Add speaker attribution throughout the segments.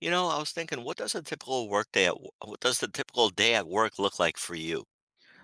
Speaker 1: You know, I was thinking, what does a typical workday at w what does the typical day at work look like for you?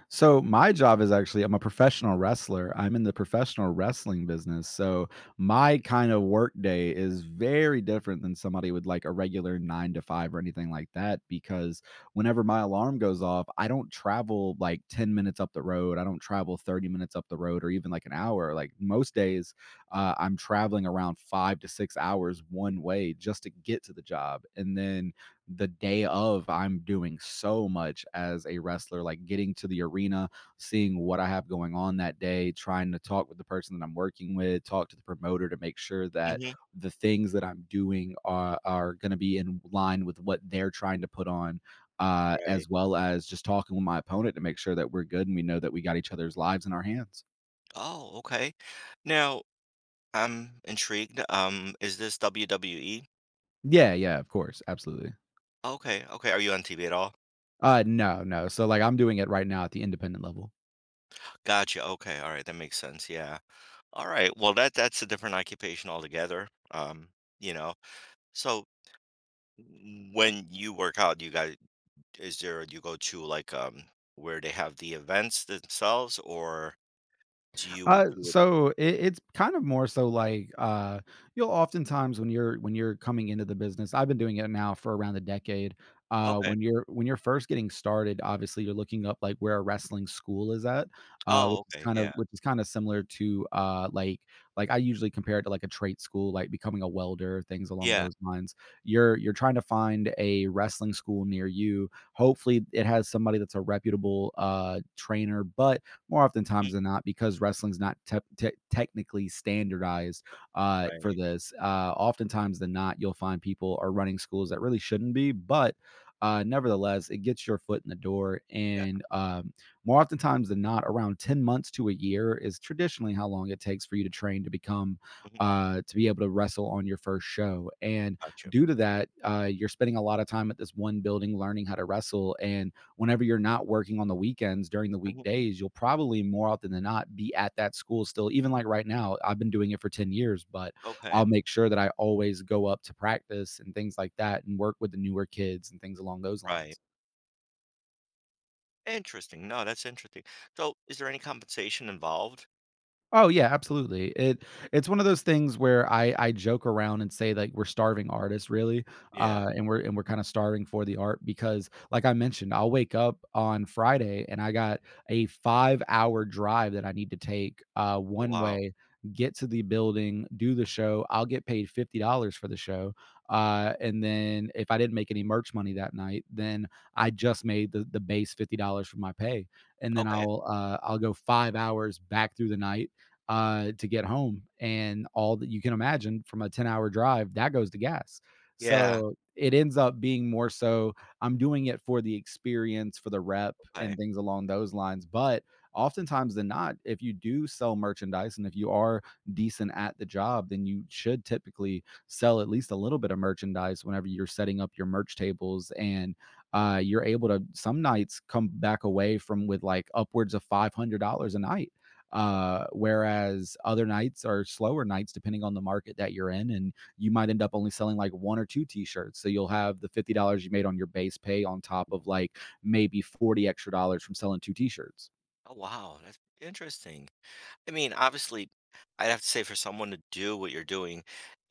Speaker 2: So my job is actually I'm a professional wrestler. I'm in the professional wrestling business. So my kind of work day is very different than somebody with like a regular 9 to 5 or anything like that because whenever my alarm goes off, I don't travel like 10 minutes up the road. I don't travel 30 minutes up the road or even like an hour. Like most days, I'm traveling around 5 to 6 hours one way just to get to the job. And then the day of, I'm doing so much as a wrestler, like getting to the arena, seeing what I have going on that day, trying to talk with the person that I'm working with, talk to the promoter to make sure that
Speaker 1: Mhm.
Speaker 2: the things that I'm doing are going to be in line with what they're trying to put on,
Speaker 1: Right.
Speaker 2: as well as just talking with my opponent to make sure that we're good and we know that we got each other's lives in our hands.
Speaker 1: Oh, okay. Now, I'm intrigued. Is this WWE?
Speaker 2: Yeah, yeah, of course, absolutely.
Speaker 1: Okay, okay. Are you on TV at all?
Speaker 2: No, no, so like I'm doing it right now at the independent level.
Speaker 1: Gotcha. Okay. All right. That makes sense. Yeah. All right. Well, that's a different occupation altogether. You know. So when you work out, do you guys, is there? Do you go to like where they have the events themselves, or do you
Speaker 2: Uh,
Speaker 1: do it?
Speaker 2: so it, it's kind of more so like, you'll oftentimes when you're coming into the business. I've been doing it now for around a decade.
Speaker 1: Okay.
Speaker 2: When you're first getting started, obviously you're looking up like where a wrestling school is at, which
Speaker 1: Oh,
Speaker 2: is
Speaker 1: okay.
Speaker 2: kind of
Speaker 1: Yeah.
Speaker 2: similar to, uh, like I usually compare it to like a trade school, like becoming a welder, things along
Speaker 1: Yeah,
Speaker 2: those lines. You're trying to find a wrestling school near you. Hopefully it has somebody that's a reputable trainer, but more oftentimes
Speaker 1: mhm,
Speaker 2: than not, because wrestling's not technically standardized, for
Speaker 1: right,
Speaker 2: this. Oftentimes than not, you'll find people are running schools that really shouldn't be, but nevertheless, it gets your foot in the door.
Speaker 1: yeah,
Speaker 2: And more oftentimes than not, around 10 months to a year is traditionally how long it takes for you to train to become,
Speaker 1: mhm,
Speaker 2: to be able to wrestle on your first show. And
Speaker 1: gotcha,
Speaker 2: due to that, you're spending a lot of time at this one building learning how to wrestle. And whenever you're not working on the weekends during the
Speaker 1: mhm,
Speaker 2: weekdays, you'll probably more often than not be at that school still. Even like right now, I've been doing it for 10 years, but
Speaker 1: okay,
Speaker 2: I'll make sure that I always go up to practice and things like that and work with the newer kids and things along those
Speaker 1: right,
Speaker 2: lines.
Speaker 1: interesting. No, that's interesting. So, is there any compensation involved?
Speaker 2: Oh yeah, absolutely. It's one of those things where I joke around and say like we're starving artists really,
Speaker 1: Yeah,
Speaker 2: and we're kind of starving for the art because, like I mentioned, I'll wake up on Friday and I got a 5-hour drive that I need to take,
Speaker 1: oh,
Speaker 2: one
Speaker 1: wow,
Speaker 2: way, get to the building, do the show. I'll get paid $50 for the show, and then if I didn't make any merch money that night, then I just made the base $50 for my pay, and then
Speaker 1: okay,
Speaker 2: I'll go 5 hours back through the night, to get home. And all that, you can imagine from a 10-hour drive, that goes to gas.
Speaker 1: yeah,
Speaker 2: So it ends up being more so I'm doing it for the experience, for the rep,
Speaker 1: okay,
Speaker 2: and things along those lines. But oftentimes than not, if you do sell merchandise and if you are decent at the job, then you should typically sell at least a little bit of merchandise whenever you're setting up your merch tables. And you're able to, some nights, come back away from with like upwards of $500 a night, whereas other nights are slower nights, depending on the market that you're in, and you might end up only selling like one or two t-shirts. So you'll have the $50 you made on your base pay on top of like maybe 40 extra dollars from selling two t-shirts.
Speaker 1: oh, wow, that's interesting. I mean, obviously, I'd have to say for someone to do what you're doing,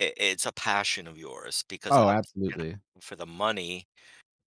Speaker 1: I it's a passion of yours because
Speaker 2: Oh,
Speaker 1: obviously you're not
Speaker 2: absolutely.
Speaker 1: in it for the money.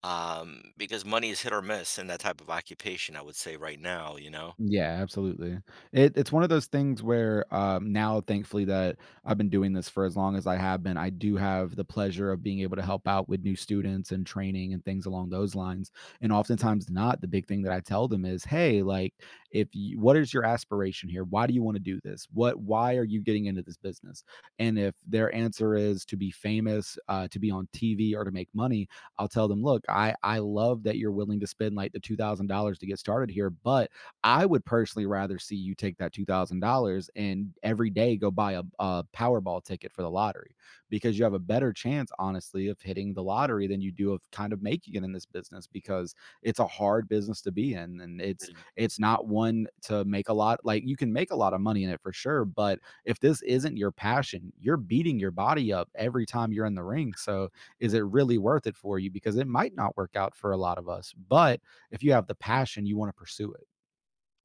Speaker 1: Because money is hit or miss in that type of occupation, I would say right now,
Speaker 2: Yeah, absolutely. It's one of those things where, now, thankfully, that I've been doing this for as long as I have been, I do have the pleasure of being able to help out with new students and training and things along those lines, and oftentimes not, the big thing that I tell them is, "Hey, like, if you what is your aspiration here? Why do you wanna do this? What, why are you getting into this business?" And if their answer is to be famous, to be on TV, or to make money, I'll tell them, "Look, I love that you're willing to spend, like, the $2,000 to get started here, but I would personally rather see you take that $2,000 and every day go buy a Powerball ticket for the lottery, because you have a better chance, honestly, of hitting the lottery than you do of kind of making it in this business, because it's a hard business to be in. And it's not one to make a lot. Like, you can make a lot of money in it for sure. But if this isn't your passion, you're beating your body up every time you're in the ring. So is it really worth it for you? Because it might not work out for a lot of us. But if you have the passion, you want to pursue it."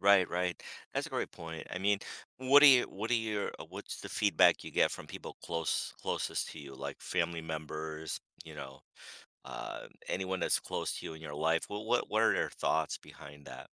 Speaker 1: Right, right. That's a great point. I mean, what do you, what do your, what's the feedback you get from people closest to you, like family members, you know, anyone that's close to you in your life? What are their thoughts behind that?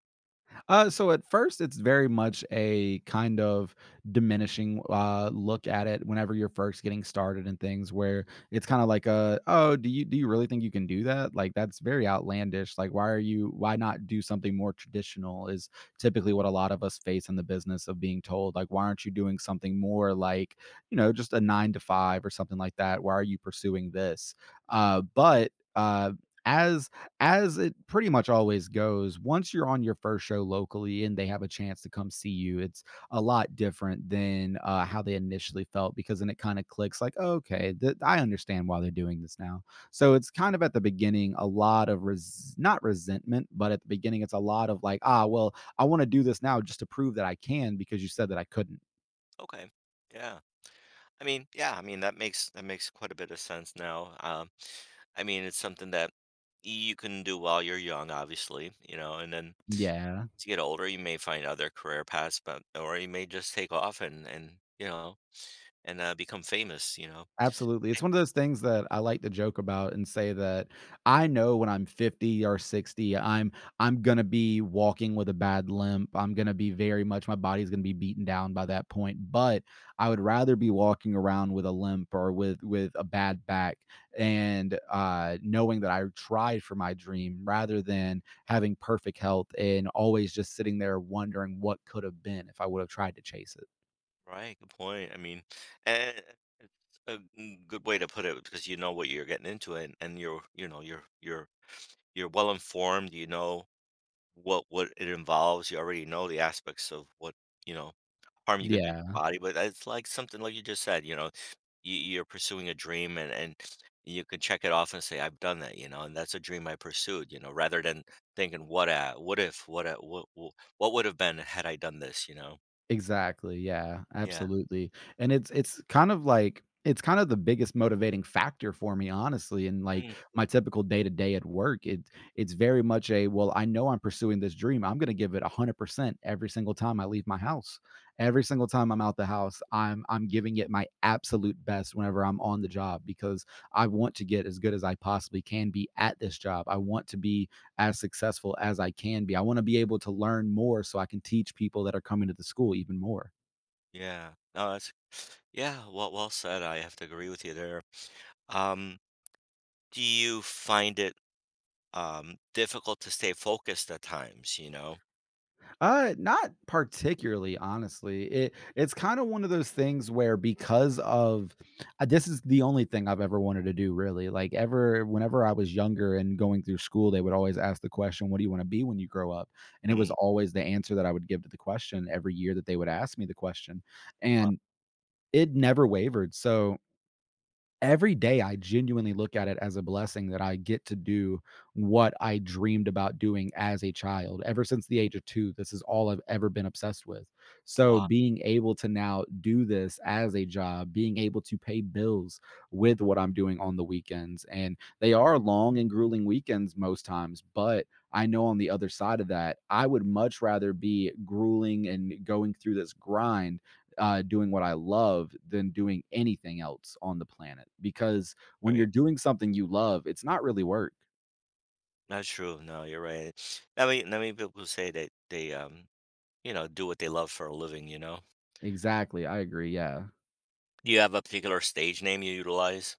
Speaker 2: So at first, it's very much a kind of diminishing look at it whenever you're first getting started, and things where it's kind of like, a, oh, do you really think you can do that? Like, that's very outlandish. Like, why are you why not do something more traditional," is typically what a lot of us face in the business, of being told like, "Why aren't you doing something more like, you know, just a 9 to 5 or something like that? Why are you pursuing this?" But as as it pretty much always goes, once you're on your first show locally and they have a chance to come see you, it's a lot different than, how they initially felt, because then it kinda clicks like, "Oh, okay, th I understand why they're doing this now." So it's kind of, at the beginning, a lot of res not resentment, but at the beginning, it's a lot of like, "Ah, well, I wanna do this now just to prove that I can, because you said that I couldn't."
Speaker 1: Okay, yeah. I mean, yeah. I mean, that makes quite a bit of sense now. I mean, it's something that you can do while you're young, obviously, you know, and then
Speaker 2: Yeah.
Speaker 1: as you get older, you may find other career paths, but or you may just take off and become famous,
Speaker 2: Absolutely. It's one of those things that I like to joke about and say that I know when I'm 50 or 60, I'm gonna be walking with a bad limp. I'm gonna be very much, my body's gonna be beaten down by that point. But I would rather be walking around with a limp, or with a bad back, and knowing that I tried for my dream, rather than having perfect health and always just sitting there wondering what could have been if I would have tried to chase it.
Speaker 1: Right, good point. I mean, and it's a g good way to put it because you know what you're getting into and you're, you know, you're well informed, you know what it involves, you already know the aspects of what, you know, harm you can do to your
Speaker 2: Yeah.
Speaker 1: body, but it's like something like you just said, you know, you're pursuing a dream and you can check it off and say, "I've done that," you know, and that's a dream I pursued, you know, rather than thinking, "What a what if, what a what what would have been had I done this,"
Speaker 2: Exactly, yeah,
Speaker 1: Yeah.
Speaker 2: absolutely, and it's kind of like, it's kind of the biggest motivating factor for me, honestly. In, like,
Speaker 1: Mm,
Speaker 2: my typical day-to-day at work, it's very much a, "Well, I know I'm pursuing this dream, I'm gonna give it 100% every single time I leave my house. Every single time I'm out the house, I'm giving it my absolute best whenever I'm on the job, because I want to get as good as I possibly can be at this job. I want to be as successful as I can be. I want to be able to learn more so I can teach people that are coming to the school even more."
Speaker 1: yeah. No, that's yeah, well well said. I have to agree with you there. Um, do you find it difficult to stay focused at times,
Speaker 2: Not particularly, honestly. It's kind of one of those things where, because of, this is the only thing I've ever wanted to do, really. Like, ever, whenever I was younger and going through school, they would always ask the question, "What do you want to be when you grow up?" And it was
Speaker 1: Mm,
Speaker 2: always the answer that I would give to the question every year that they would ask me the question,
Speaker 1: what
Speaker 2: and it never wavered. So every day I genuinely look at it as a blessing that I get to do what I dreamed about doing as a child. Ever since the age of 2, this is all I've ever been obsessed with. So
Speaker 1: what
Speaker 2: being able to now do this as a job, being able to pay bills with what I'm doing on the weekends, and they are long and grueling weekends most times, but I know on the other side of that, I would much rather be grueling and going through this grind doing what I love than doing anything else on the planet. Because when you're
Speaker 1: right.
Speaker 2: doing something you love, it's not really work.
Speaker 1: That's true. No, you're right. I mean people say that they you know, do what they love for a living, you know.
Speaker 2: Exactly. I agree. Yeah.
Speaker 1: Do you have a particular stage name you utilize?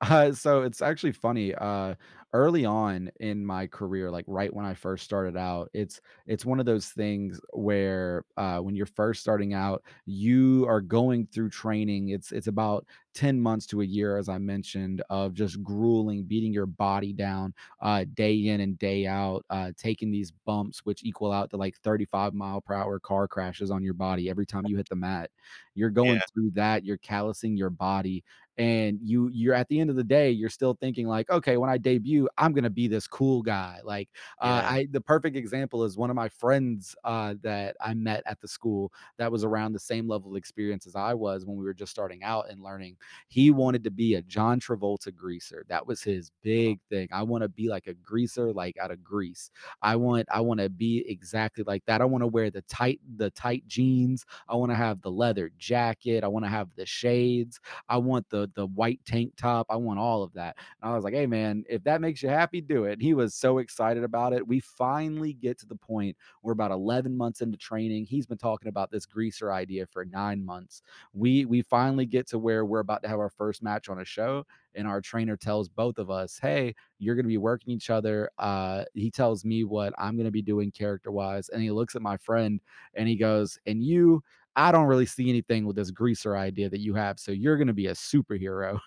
Speaker 2: So it's actually funny. Early on in my career, like right when I first started out, it's one of those things where when you're first starting out, you are going through training. It's about 10 months to a year, as I mentioned, of just grueling, beating your body down day in and day out, taking these bumps, which equal out to like 35 mile per hour car crashes on your body every time you hit the mat. You're going
Speaker 1: Yeah.
Speaker 2: through that. You're callousing your body, and you're at the end of the day you're still thinking like, okay, when I debut, I'm gonna be this cool guy, like
Speaker 1: Yeah.
Speaker 2: I the perfect example is one of my friends that I met at the school that was around the same level of experience as I was when we were just starting out and learning. He wanted to be a John Travolta greaser. That was his big thing. I want to be like a greaser, like out of Grease. I want to be exactly like that. I want to wear the tight jeans. I want to have the leather jacket. I want to have the shades. I want the white tank top. I want all of that. And I was like, hey man, if that makes you happy, do it. And he was so excited about it. We finally get to the point. We're about 11 months into training. He's been talking about this greaser idea for 9 months. We finally get to where we're about to have our first match on a show, and our trainer tells both of us, hey, you're going to be working each other. He tells me what I'm going to be doing character wise. And he looks at my friend and he goes, and you, I don't really see anything with this greaser idea that you have. So you're going to be a superhero.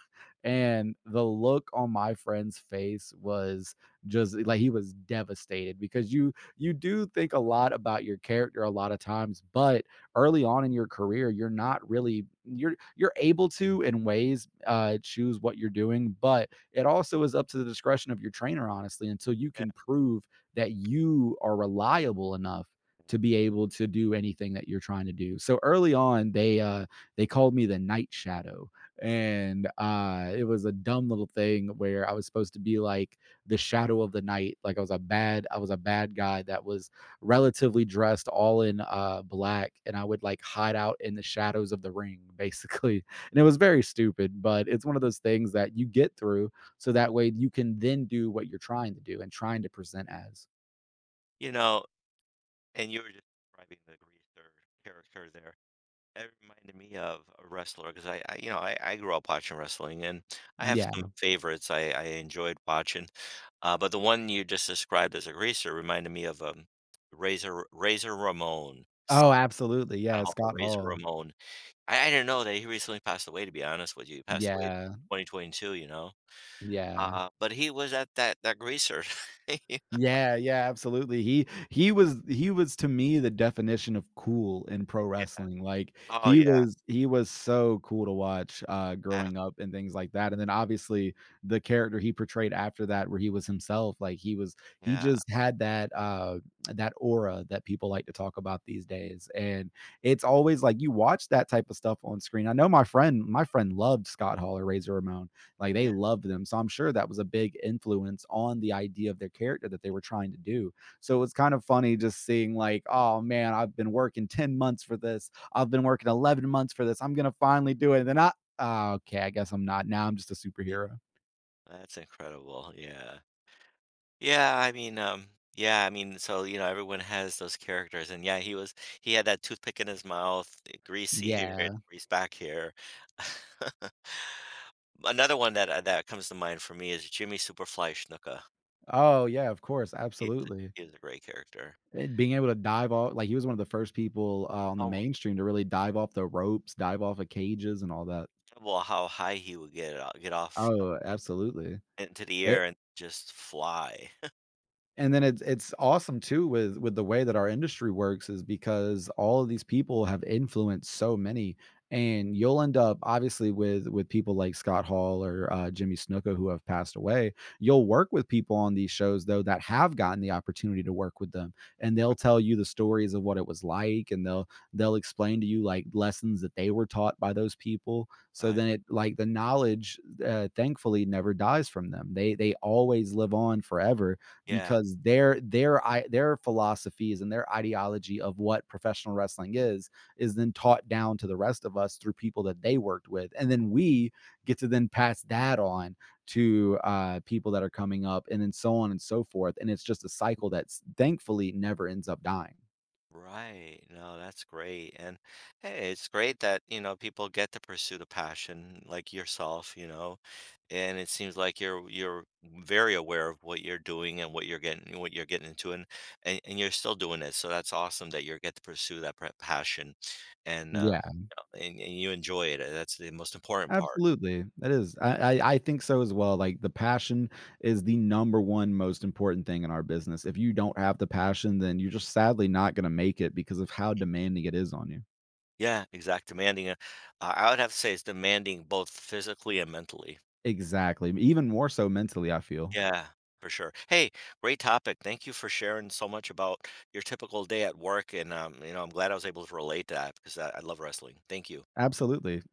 Speaker 2: And the look on my friend's face was just like he was devastated, because you do think a lot about your character a lot of times, but early on in your career, you're not really you're able to in ways choose what you're doing, but it also is up to the discretion of your trainer, honestly, until you
Speaker 1: Yeah.
Speaker 2: can prove that you are reliable enough to be able to do anything that you're trying to do. So early on, they called me the Night Shadow, and it was a dumb little thing where I was supposed to be like the shadow of the night, like I was a bad guy that was relatively dressed all in black, and I would like hide out in the shadows of the ring basically and it was very stupid, but it's one of those things that you get through so that way you can then do what you're trying to do and trying to present as.
Speaker 1: You know, and you were just describing the greaser character there. It reminded me of a wrestler because you know, I grew up watching wrestling, and I have
Speaker 2: Yeah.
Speaker 1: some favorites I enjoyed watching. But the one you just described as a greaser reminded me of Razor Ramon.
Speaker 2: Oh, absolutely.
Speaker 1: I
Speaker 2: Yeah,
Speaker 1: don't know,
Speaker 2: Scott
Speaker 1: Razor
Speaker 2: Hall.
Speaker 1: Ramon. I didn't know that he recently passed away. To be honest with you, he passed away in
Speaker 2: Yeah,
Speaker 1: 2022. You know,
Speaker 2: yeah.
Speaker 1: but he was at that greaser. Yeah.
Speaker 2: Yeah, yeah, absolutely. He was to me the definition of cool in pro wrestling. Like
Speaker 1: Oh
Speaker 2: he
Speaker 1: yeah.
Speaker 2: was he was so cool to watch,
Speaker 1: ab-
Speaker 2: growing up and things like that. And then obviously the character he portrayed after that where he was himself, like he was he
Speaker 1: Yeah.
Speaker 2: just had that that aura that people like to talk about these days. And it's always like you watch that type of stuff on screen. I know my friend loved Scott Hall or Razor Ramon. Like they
Speaker 1: Yeah.
Speaker 2: loved them. So I'm sure that was a big influence on the idea of their character that they were trying to do. So it was kind of funny just seeing, like, oh man, I've been working 10 months for this. I've been working 11 months for this. I'm going to finally do it. And then I, oh, okay, I guess I'm not. Now I'm just a
Speaker 1: Yeah.
Speaker 2: superhero.
Speaker 1: That's incredible. Yeah. Yeah, I mean, um, yeah, I mean, so, you know, everyone has those characters, and yeah, he had that toothpick in his mouth, eh, greasy here, and
Speaker 2: Yeah.
Speaker 1: grease back here. Another one that that comes to mind for me is Jimmy Superfly Snuka.
Speaker 2: Oh, yeah, of course.
Speaker 1: He,
Speaker 2: Absolutely.
Speaker 1: he was a great character.
Speaker 2: And being able to dive off, like, he was one of the first people on the
Speaker 1: Oh
Speaker 2: mainstream to really dive off the ropes, dive off of cages, and all that.
Speaker 1: well, how high he would get off
Speaker 2: Oh, absolutely.
Speaker 1: into the air and just fly.
Speaker 2: And then it's awesome too with the way that our industry works is because all of these people have influenced so many, and you'll end up obviously with people like Scott Hall or Jimmy Snuka, who have passed away. You'll work with people on these shows though that have gotten the opportunity to work with them, and they'll tell you the stories of what it was like, and they'll explain to you like lessons that they were taught by those people. So
Speaker 1: Right.
Speaker 2: then it, like, the knowledge thankfully never dies from them. They always live on forever,
Speaker 1: Yeah.
Speaker 2: because their philosophies and their ideology of what professional wrestling is then taught down to the rest of us through people that they worked with, and then we get to then pass that on to people that are coming up, and then so on and so forth, and it's just a cycle that's thankfully never ends up dying.
Speaker 1: Right. No, that's great. And hey, it's great that, you know, people get to pursue the passion like yourself, you know. And it seems like you're very aware of what you're doing and what you're getting into and you're still doing it. So that's awesome that you get to pursue that passion and uh,
Speaker 2: Yeah.
Speaker 1: and you enjoy it. That's the most important part.
Speaker 2: Absolutely, that is. I think so as well, like, the passion is the number 1 most important thing in our business. If you don't have the passion, then you're just sadly not gonna make it because of how demanding it is on you.
Speaker 1: Yeah, exact demanding. I would have to say it's demanding both physically and mentally.
Speaker 2: Exactly, even more so mentally, I feel.
Speaker 1: Yeah, for sure. Hey, great topic. Thank you for sharing so much about your typical day at work. And, you know, I'm glad I was able to relate to that because I love wrestling. Thank you.
Speaker 2: Absolutely.